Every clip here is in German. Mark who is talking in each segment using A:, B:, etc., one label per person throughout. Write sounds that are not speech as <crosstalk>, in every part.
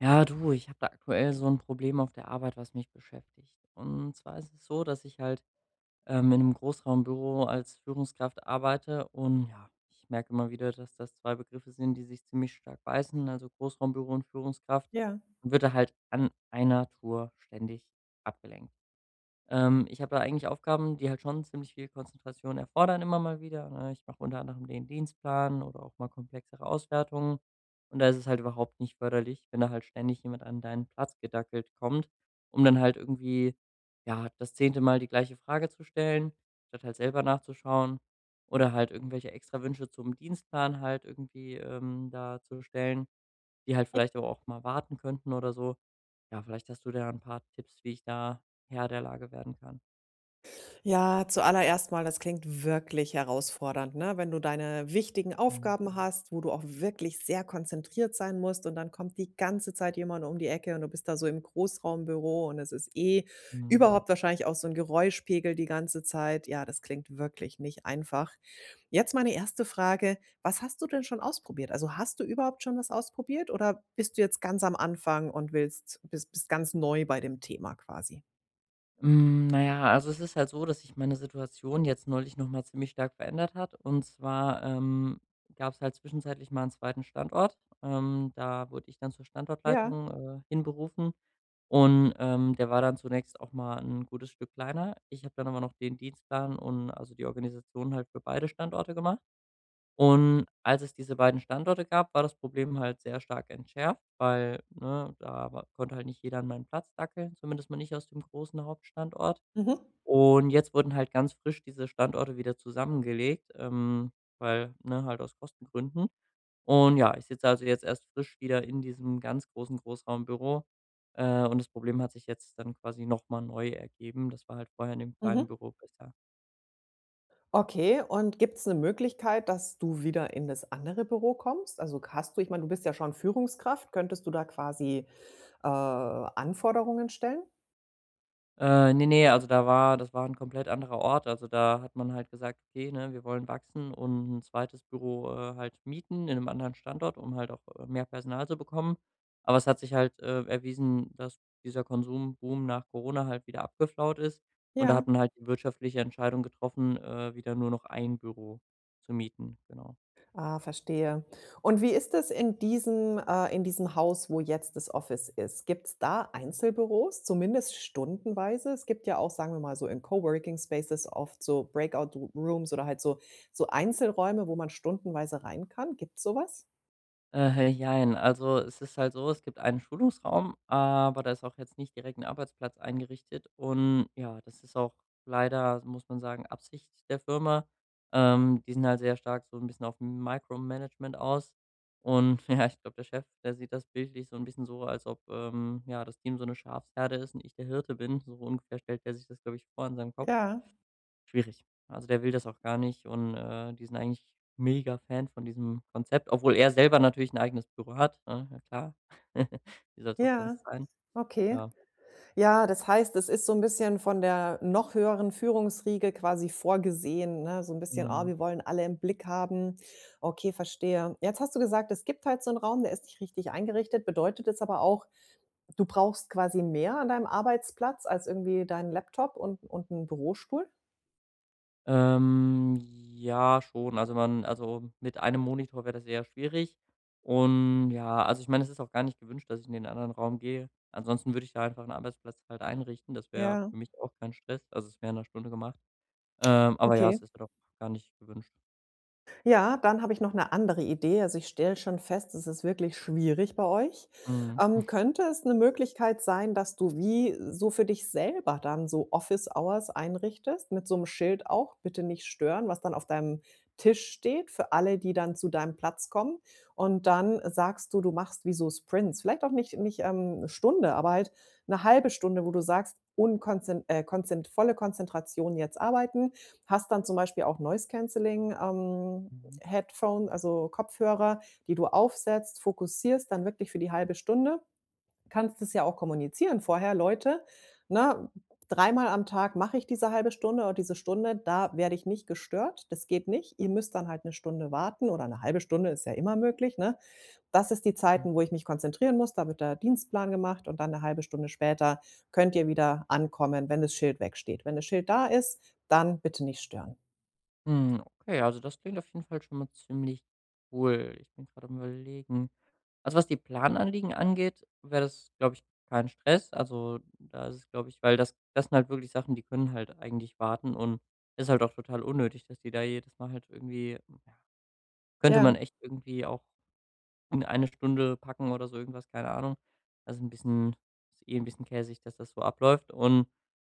A: Ja, du, ich habe da aktuell so ein Problem auf der Arbeit, was mich beschäftigt. Und zwar ist es so, dass ich halt, in einem Großraumbüro als Führungskraft arbeite und ja, ich merke immer wieder, dass das 2 Begriffe sind, die sich ziemlich stark beißen, also Großraumbüro und Führungskraft,
B: Ja.
A: und wird da halt an einer Tour ständig abgelenkt. Ich habe da eigentlich Aufgaben, die halt schon ziemlich viel Konzentration erfordern immer mal wieder, ne? Ich mache unter anderem den Dienstplan oder auch mal komplexere Auswertungen. Und da ist es halt überhaupt nicht förderlich, wenn da halt ständig jemand an deinen Platz gedackelt kommt, um dann halt irgendwie, ja, das 10. Mal die gleiche Frage zu stellen, statt halt selber nachzuschauen oder halt irgendwelche Extrawünsche zum Dienstplan halt irgendwie da zu stellen, die halt vielleicht aber auch mal warten könnten oder so. Ja, vielleicht hast du da ein paar Tipps, wie ich da Herr der Lage werden kann.
B: Ja, zuallererst mal, das klingt wirklich herausfordernd, ne? Wenn du deine wichtigen
A: Mhm,
B: Aufgaben hast, wo du auch wirklich sehr konzentriert sein musst und dann kommt die ganze Zeit jemand um die Ecke und du bist da so im Großraumbüro und es ist eh
A: mhm.
B: überhaupt wahrscheinlich auch so ein Geräuschpegel die ganze Zeit. Ja, das klingt wirklich nicht einfach. Jetzt meine erste Frage: Was hast du denn schon ausprobiert? Also, hast du überhaupt schon was ausprobiert oder bist du jetzt ganz am Anfang und willst bist bist ganz neu bei dem Thema quasi?
A: Na ja, also es ist halt so, dass sich meine Situation jetzt neulich noch mal ziemlich stark verändert hat. Und zwar, gab es halt zwischenzeitlich mal einen zweiten Standort. Da wurde ich dann zur
B: Ja.
A: Standortleitung, hinberufen und, der war dann zunächst auch mal ein gutes Stück kleiner. Ich habe dann aber noch den Dienstplan und also die Organisation halt für beide Standorte gemacht. Und als es diese beiden Standorte gab, war das Problem halt sehr stark entschärft, weil, ne, da wa konnte halt nicht jeder an meinen Platz dackeln, zumindest mal nicht aus dem großen Hauptstandort.
B: Mhm.
A: Und jetzt wurden halt ganz frisch diese Standorte wieder zusammengelegt, weil, ne, halt aus Kostengründen. Und ja, ich sitze also jetzt erst frisch wieder in diesem ganz großen Großraumbüro, und das Problem hat sich jetzt dann quasi noch mal neu ergeben. Das war halt vorher in dem kleinen
B: Mhm.
A: Büro besser.
B: Okay, und gibt es eine Möglichkeit, dass du wieder in das andere Büro kommst? Also, hast du ich meine, du bist ja schon Führungskraft. Könntest du da quasi Anforderungen stellen?
A: Ne, ne, also da war das war ein komplett anderer Ort. Also, da hat man halt gesagt: „Okay, ne, wir wollen wachsen und ein zweites Büro, halt mieten in einem anderen Standort, um halt auch, mehr Personal zu bekommen.“ Aber es hat sich halt, erwiesen, dass dieser Konsumboom nach Corona halt wieder abgeflaut ist. Und da
B: Ja.
A: hat man halt die wirtschaftliche Entscheidung getroffen, wieder nur noch ein Büro zu mieten, genau.
B: Ah, verstehe. Und wie ist es in diesem Haus, wo jetzt das Office ist? Gibt es da Einzelbüros, zumindest stundenweise? Es gibt ja auch, sagen wir mal, so in Coworking Spaces oft so Breakout Rooms oder halt so so Einzelräume, wo man stundenweise rein kann. Gibt's sowas?
A: Jein. Also, es ist halt so, es gibt einen Schulungsraum, aber da ist auch jetzt nicht direkt ein Arbeitsplatz eingerichtet und ja, das ist auch leider, muss man sagen, Absicht der Firma. Die sind halt sehr stark so ein bisschen auf Micromanagement aus und <laughs> ja, ich glaube, der Chef, der sieht das bildlich so ein bisschen so, als ob, ja, das Team so eine Schafsherde ist und ich der Hirte bin. So ungefähr stellt er sich das, glaube ich, vor in seinem Kopf.
B: Ja,
A: Schwierig. Also, der will das auch gar nicht und, die sind eigentlich mega Fan von diesem Konzept, obwohl er selber natürlich ein eigenes Büro hat, ne? Ja klar. <laughs> Wie soll's auch
B: ja,
A: sonst sein?
B: okay.
A: Ja.
B: Ja, das heißt, es ist so ein bisschen von der noch höheren Führungsriege quasi vorgesehen, ne? So ein bisschen: „Ah,
A: Mhm.
B: wir wollen alle im Blick haben.“ Okay, verstehe. Jetzt hast du gesagt, es gibt halt so einen Raum, der ist nicht richtig eingerichtet. Bedeutet es aber auch, du brauchst quasi mehr an deinem Arbeitsplatz als irgendwie deinen Laptop und einen Bürostuhl?
A: Ja, schon. Also, man also, mit einem Monitor wäre das eher schwierig und ja, also, ich meine, es ist auch gar nicht gewünscht, dass ich in den anderen Raum gehe. Ansonsten würde ich da einfach einen Arbeitsplatz halt einrichten. Das wäre
B: Ja,
A: für mich auch kein Stress. Also, es wäre in einer Stunde gemacht. Aber ja,
B: okay.
A: es ist doch gar nicht gewünscht.
B: Ja, dann habe ich noch eine andere Idee. Also, ich stelle schon fest, es ist wirklich schwierig bei euch.
A: Mhm.
B: Könnte es eine Möglichkeit sein, dass du wie so für dich selber dann so Office Hours einrichtest mit so einem Schild auch: „Bitte nicht stören“, was dann auf deinem Tisch steht für alle, die dann zu deinem Platz kommen. Und dann sagst du, du machst wie so Sprints. Vielleicht auch nicht, 'ne Stunde, aber halt eine halbe Stunde, wo du sagst: „Unkonzen konzen Volle Konzentration jetzt arbeiten.“ Hast dann zum Beispiel auch Noise Cancelling,
A: Mhm.
B: Headphone, also Kopfhörer, die du aufsetzt, fokussierst dann wirklich für die halbe Stunde. Kannst es ja auch kommunizieren vorher, Leute, ne? Dreimal am Tag mache ich diese halbe Stunde oder diese Stunde, da werde ich nicht gestört. Das geht nicht. Ihr müsst dann halt eine Stunde warten oder eine halbe Stunde ist ja immer möglich, ne? Das ist die Zeiten, wo
A: Mhm.
B: ich mich konzentrieren muss. Da wird der Dienstplan gemacht und dann eine halbe Stunde später könnt ihr wieder ankommen, wenn das Schild wegsteht. Wenn das Schild da ist, dann bitte nicht stören.
A: Okay, also das klingt auf jeden Fall schon mal ziemlich cool. Ich bin gerade am Überlegen. Also was die Plananliegen angeht, wäre das, glaube ich, kein Stress. Also da ist es, glaube ich, weil das, das sind halt wirklich Sachen, die können halt eigentlich warten und ist halt auch total unnötig, dass die da jedes Mal halt irgendwie, ja, könnte man
B: Ja.
A: echt irgendwie auch in eine Stunde packen oder so irgendwas, keine Ahnung. Also, ein bisschen ist eh ein bisschen käsig, dass das so abläuft und,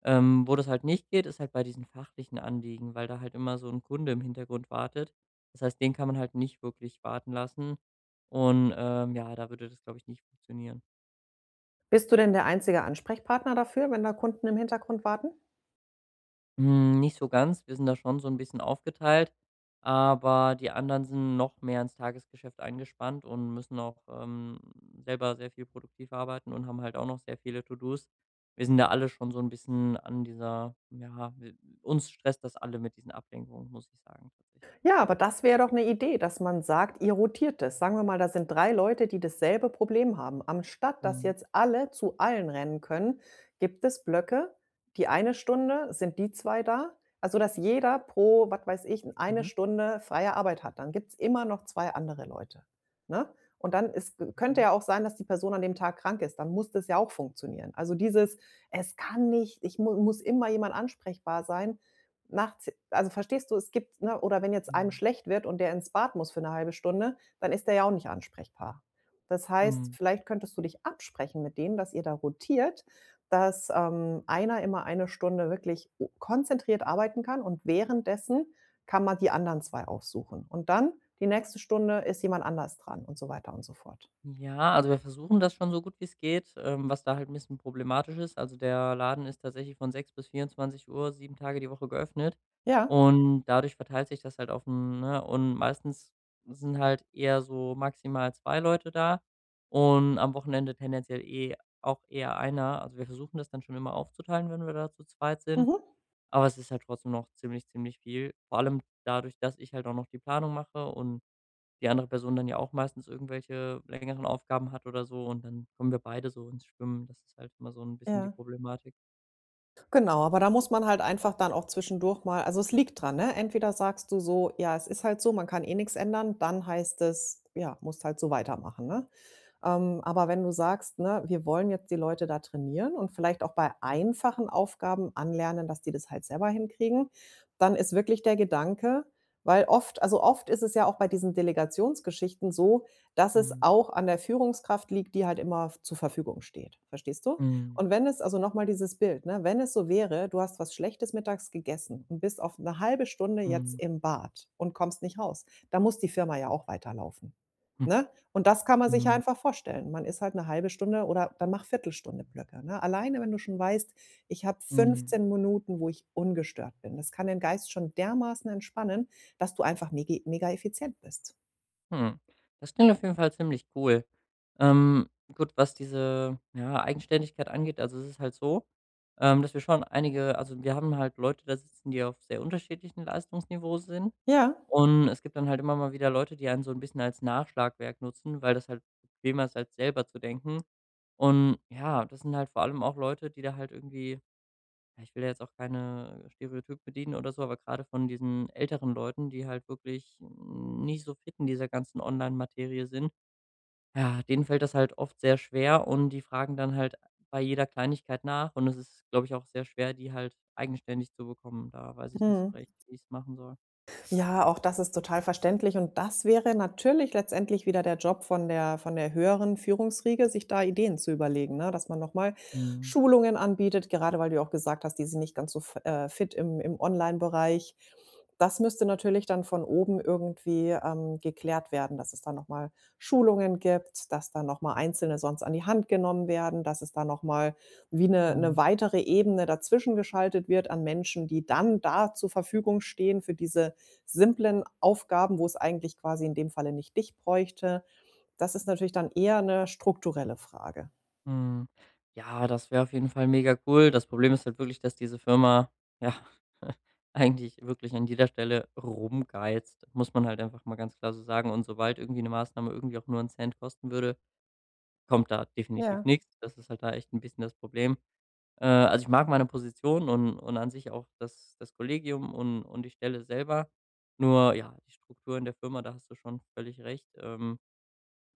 A: wo das halt nicht geht, ist halt bei diesen fachlichen Anliegen, weil da halt immer so ein Kunde im Hintergrund wartet. Das heißt, den kann man halt nicht wirklich warten lassen und, ja, da würde das, glaube ich, nicht funktionieren.
B: Bist du denn der einzige Ansprechpartner dafür, wenn da Kunden im Hintergrund warten?
A: Hm, nicht so ganz. Wir sind da schon so ein bisschen aufgeteilt, aber die anderen sind noch mehr ins Tagesgeschäft eingespannt und müssen auch, selber sehr viel produktiv arbeiten und haben halt auch noch sehr viele To-dos. Wir sind da alle schon so ein bisschen an dieser ja, w uns stresst das alle mit diesen Ablenkungen, muss ich sagen, tatsächlich.
B: Ja, aber das wäre doch eine Idee, dass man sagt, ihr rotiert es. Sagen wir mal, da sind 3 Leute, die dasselbe Problem haben. Anstatt dass
A: Mhm.
B: jetzt alle zu allen rennen können, gibt es Blöcke. Die eine Stunde sind die 2 da, also dass jeder pro, was weiß ich, eine
A: Mhm.
B: Stunde freie Arbeit hat. Dann gibt es immer noch 2 andere Leute, ne? Und dann ist könnte
A: Mhm.
B: ja auch sein, dass die Person an dem Tag krank ist. Dann muss das ja auch funktionieren. Also dieses: „Es kann nicht, ich mu muss immer jemand ansprechbar sein.“ Nachts also verstehst du, es gibt ne, oder wenn jetzt einem
A: Mhm.
B: schlecht wird und der ins Bad muss für eine halbe Stunde, dann ist der ja auch nicht ansprechbar. Das heißt,
A: Mhm.
B: vielleicht könntest du dich absprechen mit denen, dass ihr da rotiert, dass, einer immer eine Stunde wirklich konzentriert arbeiten kann und währenddessen kann man die anderen 2 aufsuchen. Und dann die nächste Stunde ist jemand anders dran und so weiter und so fort.
A: Ja, also wir versuchen das schon so gut wie es geht, was da halt ein bisschen problematisch ist. Also, der Laden ist tatsächlich von 6 bis 24 Uhr 7 Tage die Woche geöffnet
B: Ja,
A: und dadurch verteilt sich das halt auf 'n ne, und meistens sind halt eher so maximal 2 Leute da und am Wochenende tendenziell eh auch eher einer. Also, wir versuchen das dann schon immer aufzuteilen, wenn wir da zu zweit sind,
B: mhm,
A: aber es ist halt trotzdem noch ziemlich, ziemlich viel. Vor allem dadurch, dass ich halt auch noch die Planung mache und die andere Person dann ja auch meistens irgendwelche längeren Aufgaben hat oder so und dann kommen wir beide so ins Schwimmen. Das ist halt immer so ein bisschen die
B: ja.
A: Problematik.
B: Genau, aber da muss man halt einfach dann auch zwischendurch mal also, es liegt dran, ne? Entweder sagst du so: „Ja, es ist halt so, man kann eh nichts ändern.“ Dann heißt es, ja, musst halt so weitermachen, ne? Aber wenn du sagst, ne, wir wollen jetzt die Leute da trainieren und vielleicht auch bei einfachen Aufgaben anlernen, dass die das halt selber hinkriegen, dann ist wirklich der Gedanke weil oft also oft ist es ja auch bei diesen Delegationsgeschichten so, dass es
A: Mhm.
B: auch an der Führungskraft liegt, die halt immer zur Verfügung steht. Verstehst du? Und
A: Mhm.
B: wenn es also nochmal dieses Bild, ne, wenn es so wäre, du hast was Schlechtes mittags gegessen und bist auf eine halbe Stunde jetzt
A: Mhm.
B: im Bad und kommst nicht raus, da muss die Firma ja auch weiterlaufen,
A: Hm.
B: ne? Und das kann man sich ja
A: Mhm.
B: einfach vorstellen. Man ist halt 'ne halbe Stunde oder dann mach Viertelstunde Blöcke, ne? Alleine, wenn du schon weißt: „Ich habe
A: Mhm.
B: 15 Minuten, wo ich ungestört bin.“ Das kann den Geist schon dermaßen entspannen, dass du einfach megi mega effizient bist.
A: Hm. Das klingt auf jeden Fall ziemlich cool. Gut, was diese, ja, Eigenständigkeit angeht, also es ist halt so, dass wir schon einige also wir haben halt Leute da sitzen, die auf sehr unterschiedlichen Leistungsniveaus sind
B: Ja,
A: und es gibt dann halt immer mal wieder Leute, die einen so ein bisschen als Nachschlagwerk nutzen, weil das halt bequemer ist, als selber zu denken. Und ja, das sind halt vor allem auch Leute, die da halt irgendwie ja, ich will da jetzt auch keine Stereotyp bedienen oder so, aber gerade von diesen älteren Leuten, die halt wirklich nicht so fit in dieser ganzen Online-Materie sind, ja, denen fällt das halt oft sehr schwer und die fragen dann halt bei jeder Kleinigkeit nach und es ist, glaube ich, auch sehr schwer, die halt eigenständig zu bekommen. Da weiß ich nicht so
B: mhm.
A: recht, wie ich es machen soll.
B: Ja, auch das ist total verständlich und das wäre natürlich letztendlich wieder der Job von der höheren Führungsriege, sich da Ideen zu überlegen, ne? Dass man noch mal
A: Mhm.
B: Schulungen anbietet, gerade weil du ja auch gesagt hast, die sind nicht ganz so f fit im Online-Bereich. Das müsste natürlich dann von oben irgendwie, geklärt werden, dass es da noch mal Schulungen gibt, dass da noch mal Einzelne sonst an die Hand genommen werden, dass es da noch mal wie eine
A: Mhm.
B: weitere Ebene dazwischen geschaltet wird an Menschen, die dann da zur Verfügung stehen für diese simplen Aufgaben, wo es eigentlich quasi in dem Falle nicht dich bräuchte. Das ist natürlich dann eher 'ne strukturelle Frage.
A: Mhm. Ja, das wäre auf jeden Fall mega cool. Das Problem ist halt wirklich, dass diese Firma, ja, <laughs> eigentlich wirklich an jeder Stelle rumgeizt. Muss man halt einfach mal ganz klar so sagen. Und sobald irgendwie eine Maßnahme irgendwie auch nur 'n Cent kosten würde, kommt da definitiv
B: Ja.
A: nichts. Das ist halt da echt ein bisschen das Problem. Also, ich mag meine Position und an sich auch das Kollegium und die Stelle selber. Nur ja, die Struktur in der Firma, da hast du schon völlig recht.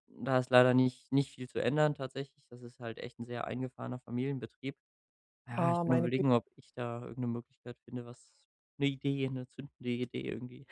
A: Da ist leider nicht nicht viel zu ändern tatsächlich. Das ist halt echt ein sehr eingefahrener Familienbetrieb. Ja, ich
B: Ah,
A: bin am
B: meine
A: Überlegen, ob ich da irgendeine Möglichkeit finde, was eine Idee, eine zündende Idee irgendwie.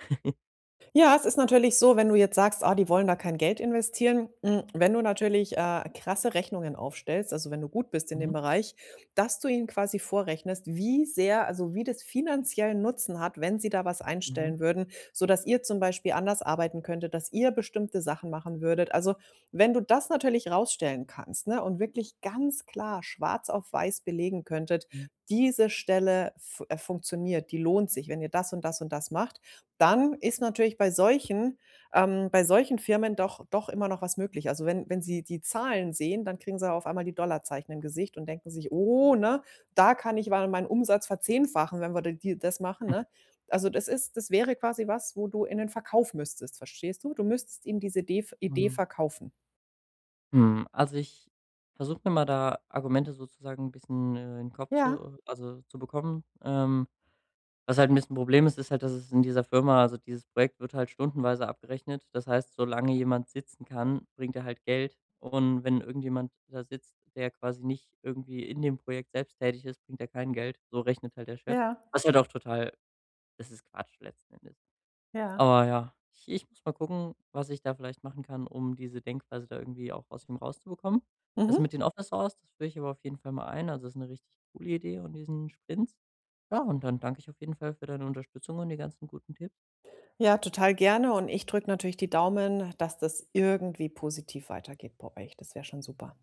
B: Ja, es ist natürlich so, wenn du jetzt sagst: „Ah, die wollen da kein Geld investieren.“ Hm, wenn du natürlich, krasse Rechnungen aufstellst, also wenn du gut bist in dem
A: Mhm,
B: Bereich, dass du ihnen quasi vorrechnest, wie sehr also wie das finanziellen Nutzen hat, wenn sie da was
A: mhm,
B: einstellen würden, sodass ihr zum Beispiel anders arbeiten könntet, dass ihr bestimmte Sachen machen würdet. Also, wenn du das natürlich rausstellen kannst, ne, und wirklich ganz klar schwarz auf weiß belegen könntet:
A: mhm,
B: „Diese Stelle fu funktioniert, die lohnt sich, wenn ihr das und das und das macht.“ Dann ist natürlich bei solchen Firmen doch doch immer noch was möglich. Also, wenn wenn sie die Zahlen sehen, dann kriegen sie auf einmal die Dollarzeichen im Gesicht und denken sich: „Oh, ne, da kann ich mal meinen Umsatz verzehnfachen, wenn wir da die das machen“, ne? Also, das ist das wäre quasi was, wo du in den Verkauf müsstest, verstehst du? Du müsstest ihnen diese Idee
A: mhm.
B: verkaufen.
A: Also, ich versuche mir mal da Argumente sozusagen ein bisschen, in den Kopf
B: Ja,
A: zu also, zu bekommen. Was halt ein bisschen Problem ist, ist halt, dass es in dieser Firma also, dieses Projekt wird halt stundenweise abgerechnet. Das heißt, solange jemand sitzen kann, bringt er halt Geld. Und wenn irgendjemand da sitzt, der quasi nicht irgendwie in dem Projekt selbst tätig ist, bringt er kein Geld. So rechnet halt der Chef.
B: ja,
A: Was halt auch total das ist Quatsch letzten Endes.
B: ja.
A: Aber ja, ich muss mal gucken, was ich da vielleicht machen kann, um diese Denkweise da irgendwie auch aus ihm rauszubekommen. Das
B: Mhm.
A: mit den Office Hours, das führe ich aber auf jeden Fall mal ein. Also, das ist eine richtig coole Idee und diesen Sprints. Ja, und dann danke ich auf jeden Fall für deine Unterstützung und die ganzen guten Tipps.
B: Ja, total gerne und ich drücke natürlich die Daumen, dass das irgendwie positiv weitergeht bei euch. Das wäre schon super.